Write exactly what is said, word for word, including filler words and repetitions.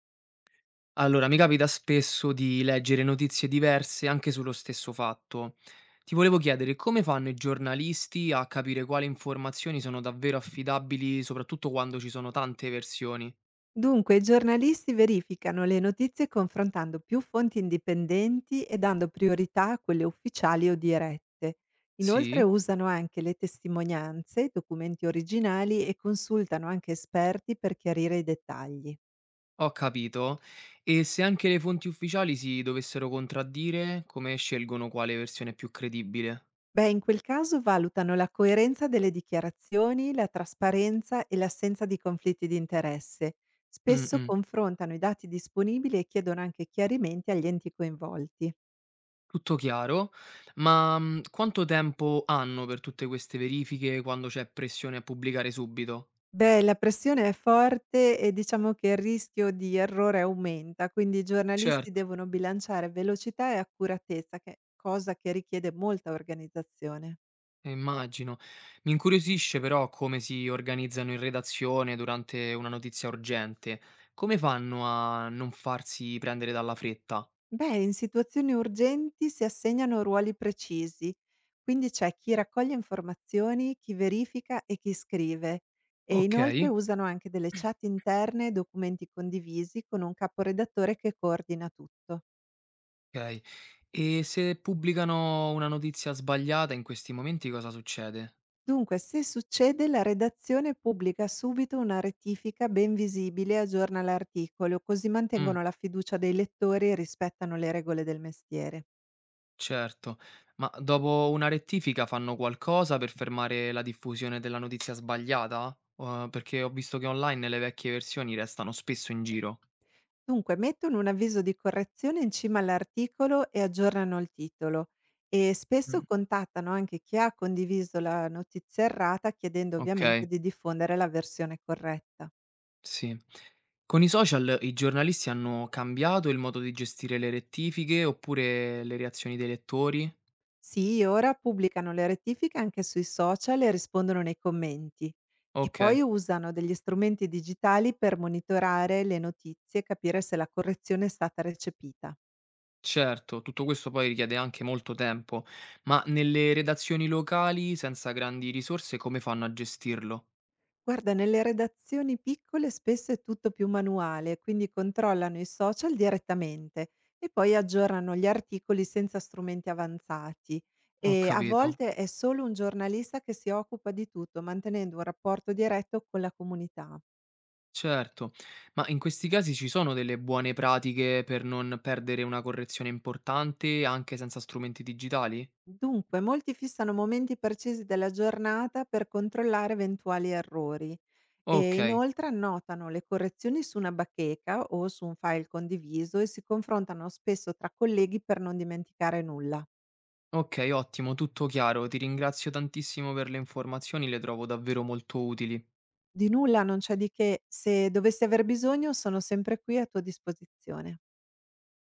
Allora, mi capita spesso di leggere notizie diverse anche sullo stesso fatto. Ti volevo chiedere come fanno i giornalisti a capire quali informazioni sono davvero affidabili, soprattutto quando ci sono tante versioni? Dunque, i giornalisti verificano le notizie confrontando più fonti indipendenti e dando priorità a quelle ufficiali o dirette. Inoltre Sì, usano anche le testimonianze, documenti originali e consultano anche esperti per chiarire i dettagli. ho capito. E se anche le fonti ufficiali si dovessero contraddire, come scelgono quale versione è più credibile? Beh, in quel caso valutano la coerenza delle dichiarazioni, la trasparenza e l'assenza di conflitti di interesse. Mm, Spesso mm, confrontano i dati disponibili e chiedono anche chiarimenti agli enti coinvolti. tutto chiaro, ma mm, quanto tempo hanno per tutte queste verifiche quando c'è pressione a pubblicare subito? Beh, la pressione è forte e diciamo che il rischio di errore aumenta, quindi i giornalisti Certo. devono bilanciare velocità e accuratezza, che- cosa che richiede molta organizzazione. Eh, immagino. Mi incuriosisce però come si organizzano in redazione durante una notizia urgente. Come fanno a non farsi prendere dalla fretta? Beh, in situazioni urgenti si assegnano ruoli precisi, quindi c'è chi raccoglie informazioni, chi verifica e chi scrive. E Ok, inoltre usano anche delle chat interne e documenti condivisi con un caporedattore che coordina tutto. ok. E se pubblicano una notizia sbagliata in questi momenti cosa succede? Dunque, se succede, la redazione pubblica subito una rettifica ben visibile e aggiorna l'articolo, così Mm, mantengono la fiducia dei lettori e rispettano le regole del mestiere. certo. Ma dopo una rettifica fanno qualcosa per fermare la diffusione della notizia sbagliata? Eh, perché ho visto che online le vecchie versioni restano spesso in giro. Dunque, mettono un avviso di correzione in cima all'articolo e aggiornano il titolo, e spesso Mm, contattano anche chi ha condiviso la notizia errata, chiedendo ovviamente ok. di diffondere la versione corretta. Sì. Con i social i giornalisti hanno cambiato il modo di gestire le rettifiche oppure le reazioni dei lettori? Sì, ora pubblicano le rettifiche anche sui social e rispondono nei commenti, e Ok, poi usano degli strumenti digitali per monitorare le notizie e capire se la correzione è stata recepita. certo, tutto questo poi richiede anche molto tempo, ma nelle redazioni locali, senza grandi risorse, come fanno a gestirlo? Guarda, nelle redazioni piccole spesso è tutto più manuale, quindi controllano i social direttamente e poi aggiornano gli articoli senza strumenti avanzati. Ho E a capito. volte è solo un giornalista che si occupa di tutto, mantenendo un rapporto diretto con la comunità. Certo, ma in questi casi ci sono delle buone pratiche per non perdere una correzione importante anche senza strumenti digitali? Dunque, molti fissano momenti precisi della giornata per controllare eventuali errori, e Ok. inoltre annotano le correzioni su una bacheca o su un file condiviso e si confrontano spesso tra colleghi per non dimenticare nulla. Okay, ottimo, tutto chiaro. Ti ringrazio tantissimo per le informazioni, le trovo davvero molto utili. Di nulla, non c'è di che, se dovessi aver bisogno sono sempre qui a tua disposizione.